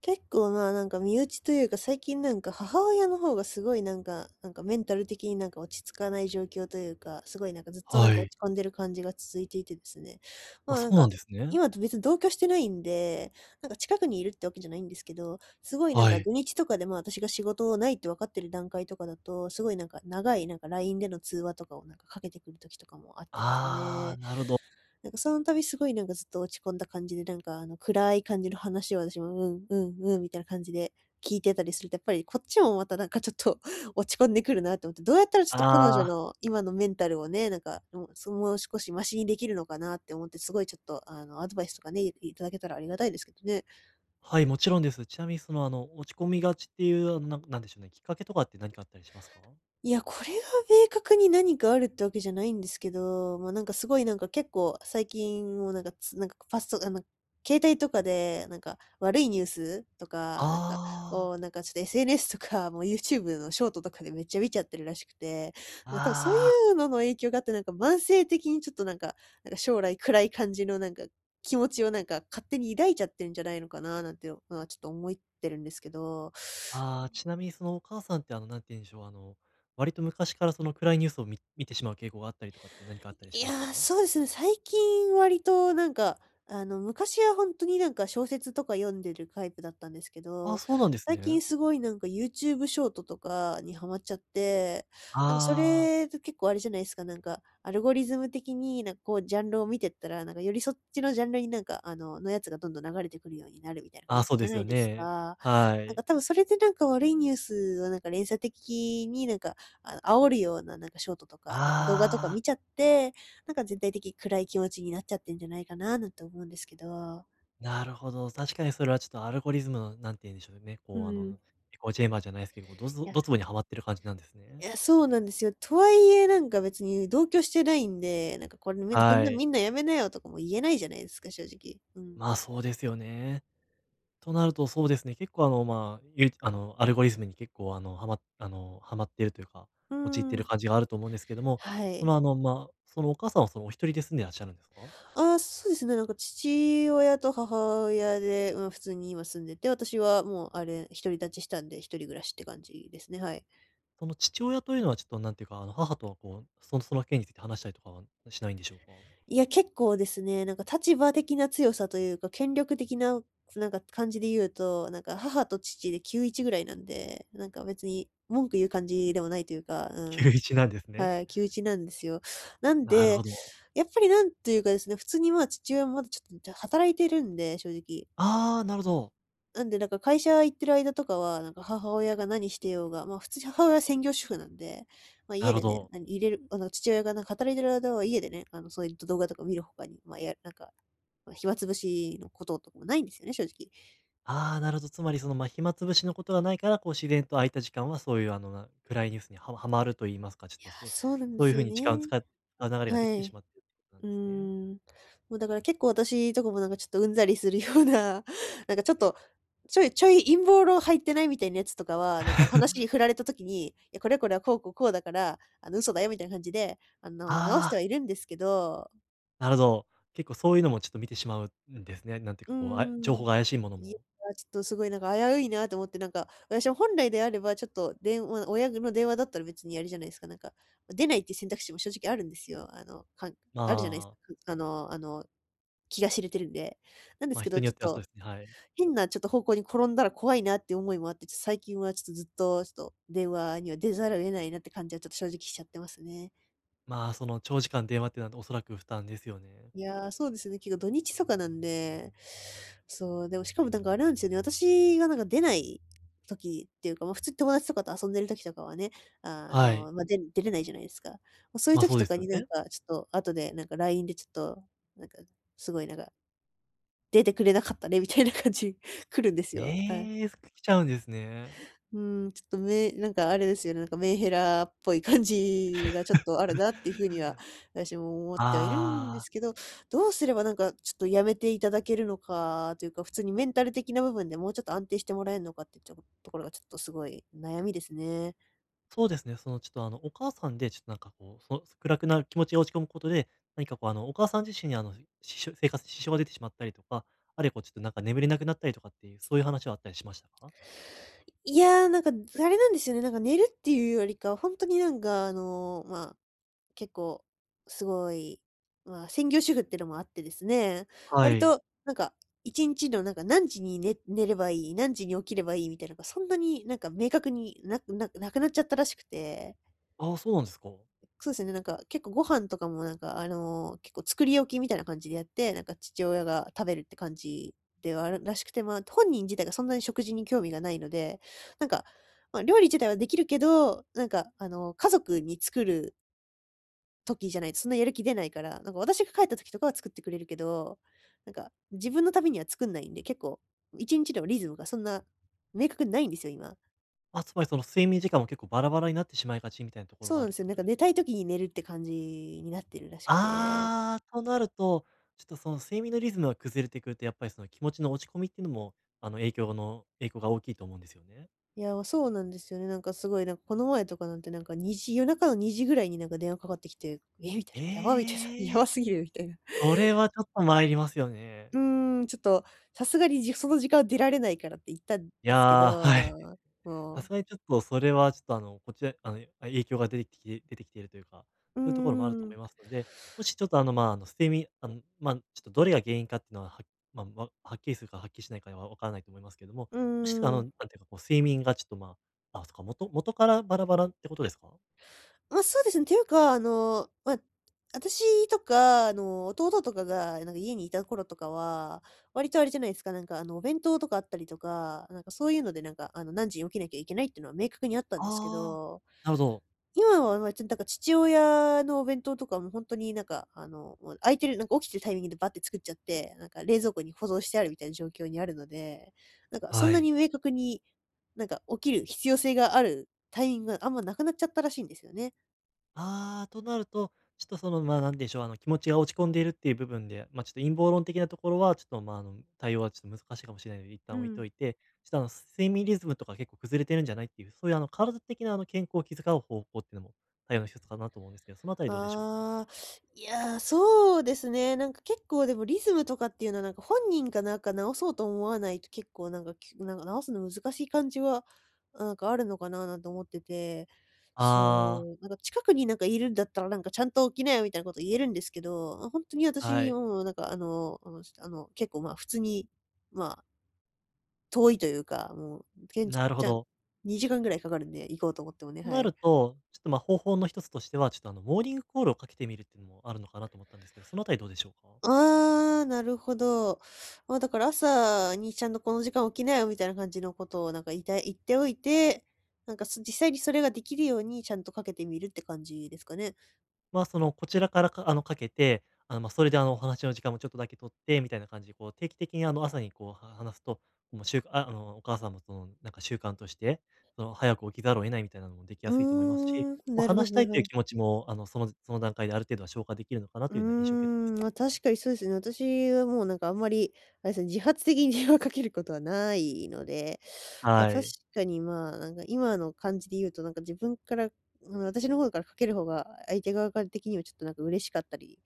結構まあなんか身内というか最近なんか母親の方がすごいなんか、なんかメンタル的になんか落ち着かない状況というか、すごいなんかずっとなんはか落い。ち込んでる感じが続いていてですね。まあ、あそなんうなか、んですね。今と別に同居してないんで、なんか近くにいるってわけじゃないんですけど、すごいなんはかい。土日とかでまあ私が仕事ないって分かってる段階とかだと、すごいなんか長いなんか LINE での通話とかをなんかかけてくる時とかもあってですああ、ね。なるほど。なんかその度すごいなんかずっと落ち込んだ感じで、なんかあの暗い感じの話を私も、うん、うん、うん、みたいな感じで聞いてたりすると、やっぱりこっちもまたなんかちょっと 落ち込んでくるなって思って、どうやったらちょっと彼女ああ、の今のメンタルをね、なんかもう少しマシにできるのかなって思って、すごいちょっとあのアドバイスとかね、いただけたらありがたいですけどね。はい、もちろんです。ちなみにその、あの、落ち込みがちっていう、あの、なんなんでしょうね、きっかけとかって何かあったりしますか？いや、これが明確に何かあるってわけじゃないんですけど、まあ、なんかすごいなんか結構最近もなんかなんかファストあの、携帯とかでなんか悪いニュースとか、なんかああ、をなんかちょっと SNS とかもう YouTube のショートとかでめっちゃ見ちゃってるらしくて、なんか多分そういああ、うのの影響があってなんか慢性的にちょっとなんか、なんか将来暗い感じのなんか気持ちをなんか勝手に抱いちゃってるんじゃないのかななんてのはちょっと思ってるんですけど、ああ、ちなみにそのお母さんって、あの、なんて言うんでしょう、あの、割と昔からその暗いニュースを見てしまう傾向があったりとかって何かあったりいしまやすか？ー、そうですね、最近割となんか、あの、昔は本当になんか小説とか読んでるタイプだったんですけああ、ど、そうなんです最ね。近すごいなんか YouTube ショートとかにハマっちゃって、なんかそああ、れって結構あれじゃないですか、なんか、アルゴリズム的になんかこうジャンルを見てったら、なんかよりそっちのジャンルになんか、あの、のやつがどんどん流れてくるようになるみたいなあ感あ、じそうじでゃすないよですね。か。はなんかい。多分それでなんか悪いニュースをなんか連鎖的になんかあの、煽るようななんかショートとか、なんか動画とかああ。見ちゃって、なんか全体的に暗い気持ちになっちゃってんじゃないかななんて思うんですけど。なるほど。確かにそれはちょっとアルゴリズムの、なんて言うんでしょうね。うこう、あん。の、エコーチェンバーじゃないですけど、こういドツや、ドツボにはまってる感じなんですいね。や、そうなんですよ。とはいえ、なんか別に同居してないんで、なんかこれみんなこんはない。みんなやめなよとかも言えないじゃないですか、正直。うん。まあ、そうですよね。となると、そうですね。結構、あの、まあ、ゆあの、アルゴリズムに結構、あの、はまってるというか、うー陥ってるん。感じがあると思うんですけども、はそい。の、あの、まあ、そのお母さんはそのお一人で住んでらっしゃるんですか。ああ、そうですね、なんか父親と母親で、まあ、普通に今住んでて、私はもうあれ、独り立ちしたんで、一人暮らしって感じですね、はい。その父親というのは、ちょっと、なんていうか、あの、母とはこう、その、その件について話したりとかはしないんでしょうか？ いや、結構ですね、なんか立場的な強さというか、権力的な、なんか感じで言うと、なんか母と父で9-1ぐらいなんで、なんか別に文句言う感じでもないというか、うん。9-1 なんですね。はい、9-1なんですよ。なんなるで、ほど。やっぱりなんというかですね、普通にまあ父親もまだちょっと働いてるんで、正直。ああ、なるほど。なんで、なんか会社行ってる間とかは、なんか母親が何してようが、まあ普通に母親は専業主婦なんで、まあな家るほでね、ど。何入れるあの、父親がなんか働いてる間は家でね、あの、そういう動画とか見る他に、まあ、やなんか、まあ、暇つぶしのこととかもないんですよね、正直。ああ、なるほど。つまりその、まあ、暇つぶしのことがないから、こう自然と空いた時間はそういうあの、暗いニュースにははまると言いますか、ちょっいやとー、そうそうなんでそういすうよ風に時間をね。使う流れができはてしい。まっているってことなんうーですね。ん。もうだから結構私とかもなんかちょっとうんざりするような、なんかちょっと、ちょいちょい陰謀論入ってないみたいなやつとかは、なんか話に振られた時に、いや、これこれはこうこうこうだから、あの、嘘だよみたいな感じで、あの、直してあはあ、いるんですけど、なるほど。結構そういうのもちょっと見てしまうんですね。なんていううーかこう、情報ん。が怪しいものいや、も。ちょっとすごいなんか危ういなと思って、なんか、私は本来であれば、ちょっと電話、親の電話だったら別にやるじゃないですか、なんか、出ないっていう選択肢も正直あるんですよ。あの、まあるじゃないですあ、か。あのあの気が知れてるんで。なんでますあ、けど、人にちよょっってはそと、うですね、はい。変なちょっと方向に転んだら怖いなって思いもあって、ちょっと最近はちょっとずっと、ちょっと電話には出ざるを得ないなって感じはちょっと正直しちゃってますね。まあ、その長時間電話ってなるおそらく負担ですよね。いや、そうですね、結構土日とかなんで、そう、でもしかもなんかあれなんですよね、私がなんか出ない時っていうか、まあ、普通に友達とかと遊んでる時とかはね、あはい。の、まあ、で出れないじゃないですか。もうそういうま、あ時そうとですかよになんね。かちょっと後でなんか LINE でちょっと、なんか、すごいなんか、出てくれなかったねみたいな感じ 来るんですよ。はい。ええ、すく来ちゃうんですね。うん、ちょっとなんかあれですよね、なんかメンヘラっぽい感じがちょっとあるなっていうふうには、私も思ってはいるんであすあ。けど、どうすればなんかちょっとやめていただけるのかというか、普通にメンタル的な部分でもうちょっと安定してもらえるのかってちょとところがちょっとすごい悩みですね。そうですね、そのちょっとあのお母さんで、ちょっとなんかこう、暗くなる気持ちが落ち込むことで、何かこうあのお母さん自身にあの、生活に支障が出てしまったりとか、あるいはこうちょっとなんか眠れなくなったりとかっていう、そういう話はあったりしましたか？いやー、なんかあれなんですよね、なんか寝るっていうよりか、本当になんかあの、まあ結構すごい、まあ、専業主婦ってのもあってですね、は割い。となんか1日のなんか何時に寝ればいい、何時に起きればいいみたいなのがそんなになんか明確になくなっちゃったらしくて、ああ、そうなんですか。そうですね、なんか結構ご飯とかもなんかあの、結構作り置きみたいな感じでやって、なんか父親が食べるって感じではあるらしくて、まあ本人自体がそんなに食事に興味がないので、なんか、まあ、料理自体はできるけど、なんか、あの、家族に作る時じゃないと、そんなやる気出ないから、なんか私が帰った時とかは作ってくれるけど、なんか自分のためには作んないんで、結構1日のリズムがそんな明確にないんですよ、今。あ、つまりその睡眠時間も結構バラバラになってしまいがちみたいなところそうがなあんでるっすてよ。こなんとかです寝たか？い時に寝るって感じになってるらしくて。ああ、となると、ちょっとその睡眠のリズムが崩れてくると、やっぱりその気持ちの落ち込みっていうのも、あの影響が大きいと思うんですよね。いや、そうなんですよね。なんかすごい、なんかこの前とかなんてなんか2時、夜中の2時ぐらいになんか電話かかってきて、えみたいな、やばみたいな、やええー、ばすぎるみたいな。それはちょっと参りますよね。うーん、ちょっとさすがにその時間は出られないからって言ったんいですけやー、ど、はい。もさすう、がにちょっとそれはちょっとあの、こちらあの、影響が出てきて出てきているというか、うーそういうところもあるとん、思いますので、もしちょっとあの、まあ、あの、睡眠あの、まあ、ちょっとどれが原因かっていうのは、まあ、はっきりするかはっきりしないかはわからないと思いますけれども、うーもしあの、なん。んていうかこう睡眠がちょっとまあ、あ、そっか、元元からバラバラってことですか？まあ、そうですね。ていうか、まあ、私とか、弟とかが、なんか家にいた頃とかは、割とあれじゃないですか。なんか、お弁当とかあったりとか、なんかそういうので、なんか、何時に起きなきゃいけないっていうのは明確にあったんですけああー、ど、なるほど、今は、まあ、ちょっとなんか父親のお弁当とかも本当になんか、もう空いてるなんか起きてるタイミングでバッて作っちゃって、なんか冷蔵庫に保存してあるみたいな状況にあるので、なんかそんはない。に明確に、なんか起きる必要性があるタイミングがあんまなくなっちゃったらしいんですよね。あーとなると、ちょっとその、まあ、なんでしょう、あの、気持ちが落ち込んでいるっていう部分で、まあ、ちょっと陰謀論的なところは、ちょっと、まあ、あの、対応はちょっと難しいかもしれないので、一う旦置いん。といて、ちょっとあの、睡眠リズムとか結構崩れてるんじゃないっていう、そういうあの、体的なあの、健康を気遣う方法っていうのも対応の一つかなと思うんですけど、そのあたりどうでしょうか？ああ、いやー、そうですね。なんか結構でもリズムとかっていうのはなんか本人かなんか直そうと思わないと結構なんか、なんか直すの難しい感じは、なんかあるのかななんて思ってて、ああ、そう、なんか近くになんかいるんだったらなんかちゃんと起きなよみたいなこと言えるんですけど、本当には私い、もうなんか結構まあ普通に、まあ遠いというか、もう、けんちなるほゃんど。2時間ぐらいかかるんで、行こうと思ってもね、とはない。ると、ちょっと、まあ、方法の一つとしては、ちょっとあの、モーニングコールをかけてみるっていうのもあるのかなと思ったんですけど、そのあたりどうでしょうか？ああ、なるほど。まあ、だから朝にちゃんとこの時間起きなよみたいな感じのことをなんか言っておいて、なんか、実際にそれができるようにちゃんとかけてみるって感じですかね。まあ、その、こちらからあの、かけて、あの、まあ、それで、あの、お話の時間もちょっとだけ取って、みたいな感じで、こう、定期的に、あの、朝に、こう、話すと、もう、しゅああの、お母さんも、その、なんか、習慣として、その、早く起きざるを得ないみたいなのもできうやーすいと思いますし、ん、こう、なるほ話しどたなるいほというど。気持ちも、あの、その段階である程度は消化できるのかなうーというような印象を受けたんですん、けまどあ、も。確かにそうですね。私はもうなんかあんまり、あれですね、自発的に電話かけることはないので、まあは確い。かにまあ、なんか今の感じで言うとなんか自分から、あの私の方からかける方が相手側から的にはちょっとなんか嬉しかったり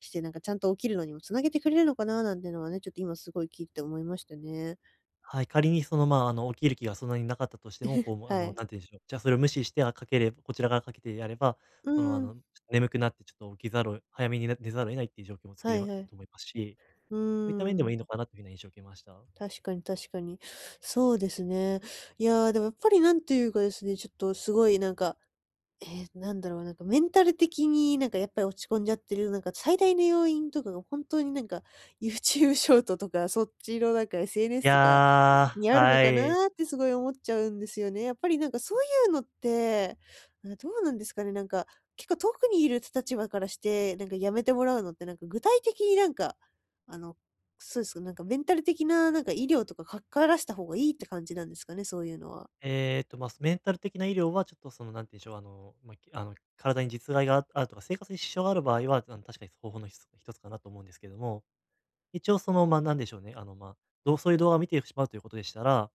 して、なんかちゃんと起きるのにもつなげてくれるのかななんてのはね、ちょっと今すごい聞いて思いましたね。はい、仮にその、まあ、あの、起きる気がそんなになかったとしても、こう、あはの、い。なんて言うんでしょう、じゃあそれを無視して、あ、かければこちら側かけてやれば、うその、あん。の、ちょっと眠くなってちょっと起きざるを早めにね寝ざるを得ないっていう状況も作はれいるはい。と思いますし、うそういった面ーでもいん。いのかなというふうな印象を受けました。確かに確かに。そうですね。いやー、でもやっぱりなんていうかですね、ちょっとすごいなんかなんだろう、なんかメンタル的になんかやっぱり落ち込んじゃってる、なんか最大の要因とかが本当になんか YouTube ショートとか、そっちのなんか い SNS とかやにー、あるのはかい。なーってすごい思っちゃうんですよね。やっぱりなんかそういうのって、あ、どうなんですかね、なんか、結構遠くにいる立場からして、なんかやめてもらうのってなんか具体的になんか、あの、そうですか、なんかメンタル的ななんか医療とかかした方がいいって感じなんですかね、そういうのは。えっと、まあ、メンタル的な医療はちょっとその、なんて言うんでしょう、あの、まあ、あの、体に実害があるとか、生活に支障がある場合は、あの、確かに方法の一つかなと思うんですけども、一応その、まあ、なんでしょうね、あの、まあ、そういう動画を見てしまうということでしたら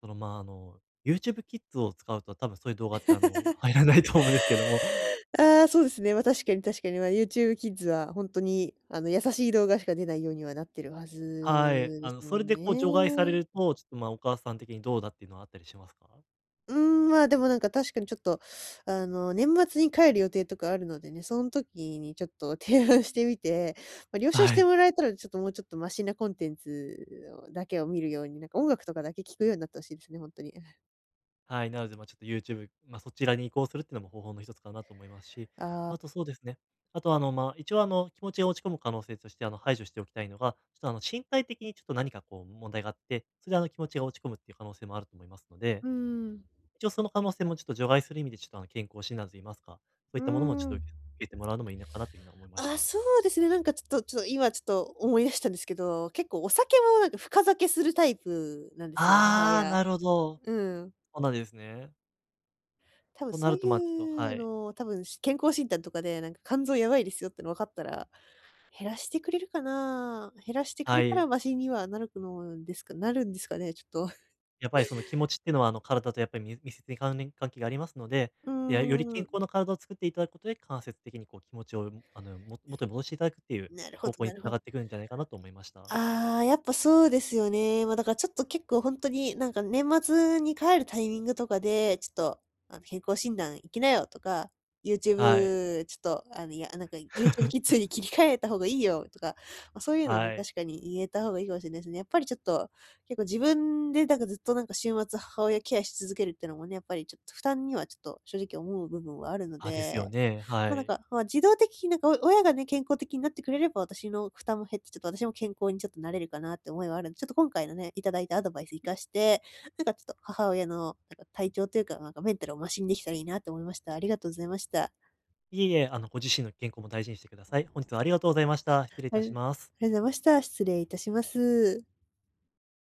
その、まあ、あの、YouTube Kids を使うと多分そういう動画ってあの、入らないと思うんですけども、ああ、そうですね。まあ、確かに確かに、まあ、YouTube Kids は本当に、優しい動画しか出ないようにはなってるははい。ずであすの、そもれんでこう除外されね。ると、ちょっと、まあ、お母さん的にどうだっていうのはあったりしますか？うーん、まあ、でもなんか確かにちょっと、年末に帰る予定とかあるのでね、その時にちょっと 提案してみて、まあ、了承しはてい。もらえたら、ちょっともうちょっとマシなコンテンツをだけ見るように、なんか音楽とかだけ聞くようになってほしいですね、本当に。はい、なので、まあ、ちょっと YouTube、まあ、そちらに移行するっていうのも方法の一つかなと思いますし、あとそうですね、あと、あの、まあ、一応、あの、気持ちが落ち込む可能性として、あの、排除しておきたいのが、ちょっと、あの、身体的にちょっと何かこう問題があって、それで、あの、気持ちが落ち込むっていう可能性もあると思いますので、うーん。一応その可能性もちょっと除外する意味で、ちょっとあの、健康診断といいますか、そうういっーたものもちょっとん。受けてもらうのもいいのかなというふうに思いましあ、た。そうですね、なんかちょっとちょっと今ちょっと思い出したんですけど、結構お酒もなんか深酒するタイプなんですよ、母ああ、親。なるほど。うん。そうなんですね。多分となそうると、ま、ちょっというはい。多分健康診断とかでなんか肝臓やばいですよっての分かったら、減らしてくれるかな？減らしてくはれたらい。マシにはなるのですかなるんですかね、ちょっと。やっぱりその気持ちっていうのは、あの、体とやっぱり密接に関係がありますので、うで、よりー健ん、康な体を作っていただくことで、間接的にこう気持ちを、あの、も元に戻していただくっていうなるほ方ど向なにる繋ほがど。ってくるんじゃないかなと思いました。ああ、やっぱそうですよね。ま、だからちょっと結構本当になんか年末に帰るタイミングとかで、ちょっとあの「健康診断行きなよ」とか、はい。「YouTube ちょっとあの、いや、なんか YouTube キッ ズに切り替えた方がいいよ」とか、まあ、そういうのね、はい。確かに言えた方がいいかもしれないですね。やっぱりちょっと、結構自分でなんかずっとなんか週末母親ケアし続けるっていうのもね、やっぱりちょっと負担にはちょっと正直思う部分はあるのあ、ですよで、ね、はまあ、なんい。か、まあ、自動的になんか、お親がね、健康的になってくれれば、私の負担も減って、ちょっと私も健康にちょっとなれるかなって思いはあるんで、ちょっと今回のね、いただいたアドバイス活かして、なんかちょっと母親のなんか体調というか、なんかメンタルをマシにできたらいいなと思いました。ありがとうございました。いえいえ、あの、ご自身の健康も大事にしてください。本日はありがとうございました。失礼いあたりありがとしうます。ございました。失礼いたします。